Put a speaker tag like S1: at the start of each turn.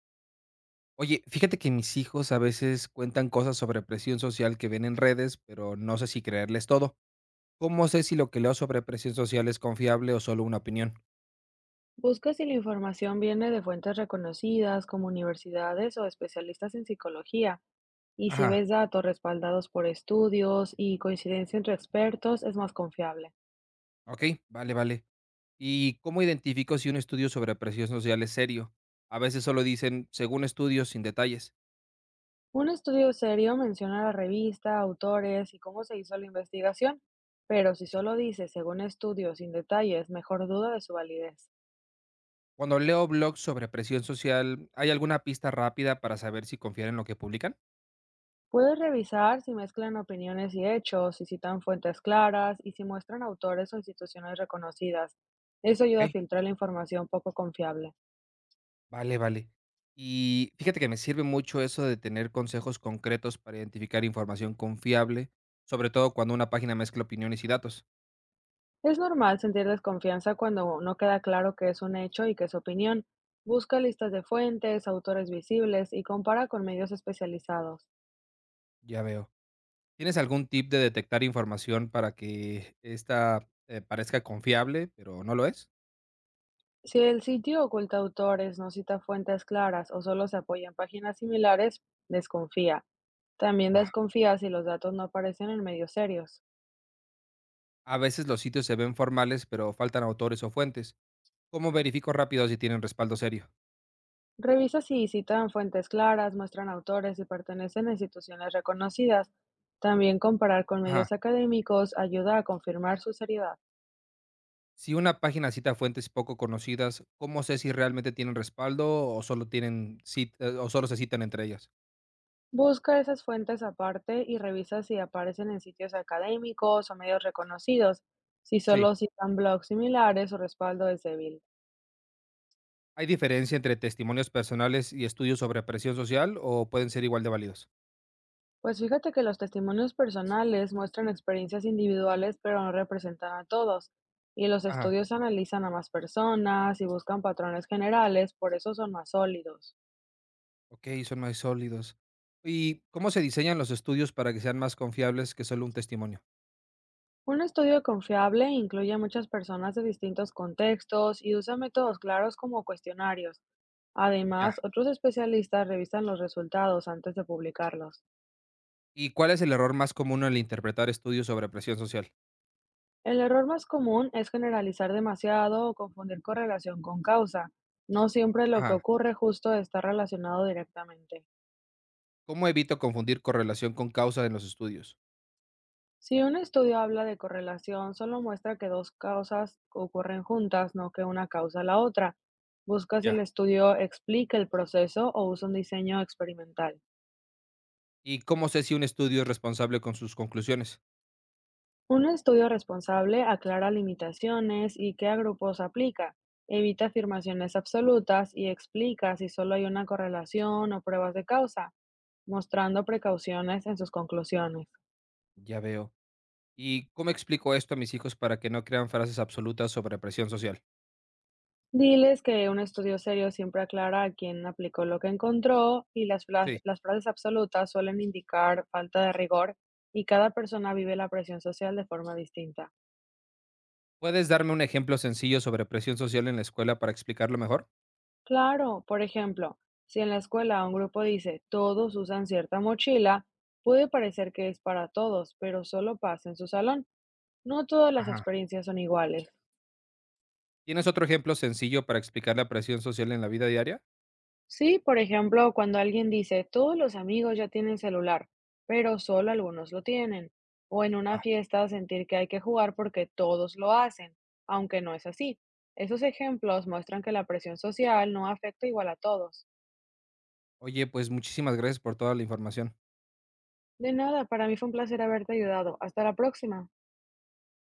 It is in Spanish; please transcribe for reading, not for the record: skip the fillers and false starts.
S1: Oye, fíjate que mis hijos a veces cuentan cosas sobre presión social que ven en redes, pero no sé si creerles todo. ¿Cómo sé si lo que leo sobre presión social es confiable o solo una opinión?
S2: Busca si la información viene de fuentes reconocidas como universidades o especialistas en psicología, y si
S1: Ajá,
S2: ves datos respaldados por estudios y coincidencia entre expertos, es más confiable.
S1: ok, vale, vale. ¿Y cómo identifico si un estudio sobre presión social es serio? A veces solo dicen, según estudios, sin detalles.
S2: Un estudio serio menciona la revista, autores y cómo se hizo la investigación, pero si
S1: Sí.
S2: solo dice según estudios sin detalles, mejor duda de su validez.
S1: Cuando leo blogs sobre presión social, ¿hay alguna pista rápida para saber si confiar en lo que publican?
S2: Puedes revisar si mezclan opiniones y hechos, si citan fuentes claras y si muestran autores o instituciones reconocidas. Eso ayuda a
S1: Ok.
S2: filtrar la información poco confiable.
S1: Vale, vale. Y fíjate que me sirve mucho eso de tener consejos concretos para identificar información confiable, sobre todo cuando una página mezcla opiniones y datos.
S2: Es normal sentir desconfianza cuando no queda claro qué es un hecho y qué es opinión. Busca listas de fuentes, autores visibles y compara con medios especializados.
S1: Ya veo. ¿Tienes algún tip de detectar información para que esta parezca confiable, pero no lo es?
S2: Si el sitio oculta autores, no cita fuentes claras o solo se apoya en páginas similares, desconfía. También
S1: Ah,
S2: desconfía si los datos no aparecen en medios serios.
S1: a veces los sitios se ven formales, pero faltan autores o fuentes. ¿Cómo verifico rápido si tienen respaldo serio?
S2: Revisa si citan fuentes claras, muestran autores y pertenecen a instituciones reconocidas. También comparar con
S1: Ajá.
S2: medios académicos ayuda a confirmar su seriedad.
S1: Si una página cita fuentes poco conocidas, ¿cómo sé si realmente tienen respaldo o solo tienen o solo se citan entre ellas?
S2: Busca esas fuentes aparte y revisa si aparecen en sitios académicos o medios reconocidos, si
S1: Sí.
S2: solo citan blogs similares o respaldo es débil.
S1: ¿Hay diferencia entre testimonios personales y estudios sobre presión social o pueden ser igual de válidos?
S2: Pues fíjate que los testimonios personales muestran experiencias individuales pero no representan a todos, y los
S1: Ajá,
S2: estudios analizan a más personas y buscan patrones generales, por eso son más sólidos.
S1: ok, son más sólidos. ¿Y cómo se diseñan los estudios para que sean más confiables que solo un testimonio?
S2: Un estudio confiable incluye a muchas personas de distintos contextos y usa métodos claros como cuestionarios.
S1: Ya.
S2: Además, otros especialistas revisan los resultados antes de publicarlos.
S1: ¿Y cuál es el error más común al interpretar estudios sobre presión social?
S2: El error más común es generalizar demasiado o confundir correlación con causa. No siempre lo que
S1: Ajá.
S2: ocurre justo está relacionado directamente.
S1: ¿Cómo evito confundir correlación con causa en los estudios?
S2: Si un estudio habla de correlación, solo muestra que dos causas ocurren juntas, no que una causa la otra. Busca si el
S1: Ya.
S2: estudio explica el proceso o usa un diseño experimental.
S1: ¿Y cómo sé si un estudio es responsable con sus conclusiones?
S2: Un estudio responsable aclara limitaciones y qué a grupos aplica, evita afirmaciones absolutas y explica si solo hay una correlación o pruebas de causa, mostrando precauciones en sus conclusiones.
S1: Ya veo. ¿Y cómo explico esto a mis hijos para que no crean frases absolutas sobre presión social?
S2: Diles que un estudio serio siempre aclara a quién aplicó lo que encontró y las, fla-
S1: Sí.
S2: las frases absolutas suelen indicar falta de rigor y cada persona vive la presión social de forma distinta.
S1: ¿Puedes darme un ejemplo sencillo sobre presión social en la escuela para explicarlo mejor?
S2: Claro, por ejemplo, si en la escuela un grupo dice todos usan cierta mochila, puede parecer que es para todos, pero solo pasa en su salón. No todas las
S1: Ajá,
S2: experiencias son iguales.
S1: ¿tienes otro ejemplo sencillo para explicar la presión social en la vida diaria?
S2: Sí, por ejemplo, cuando alguien dice, todos los amigos ya tienen celular, pero solo algunos lo tienen. O en una
S1: Va.
S2: fiesta sentir que hay que jugar porque todos lo hacen, aunque no es así. Esos ejemplos muestran que la presión social no afecta igual a todos.
S1: Oye, pues muchísimas gracias por toda la información.
S2: De nada, para mí fue un placer haberte ayudado. Hasta la próxima.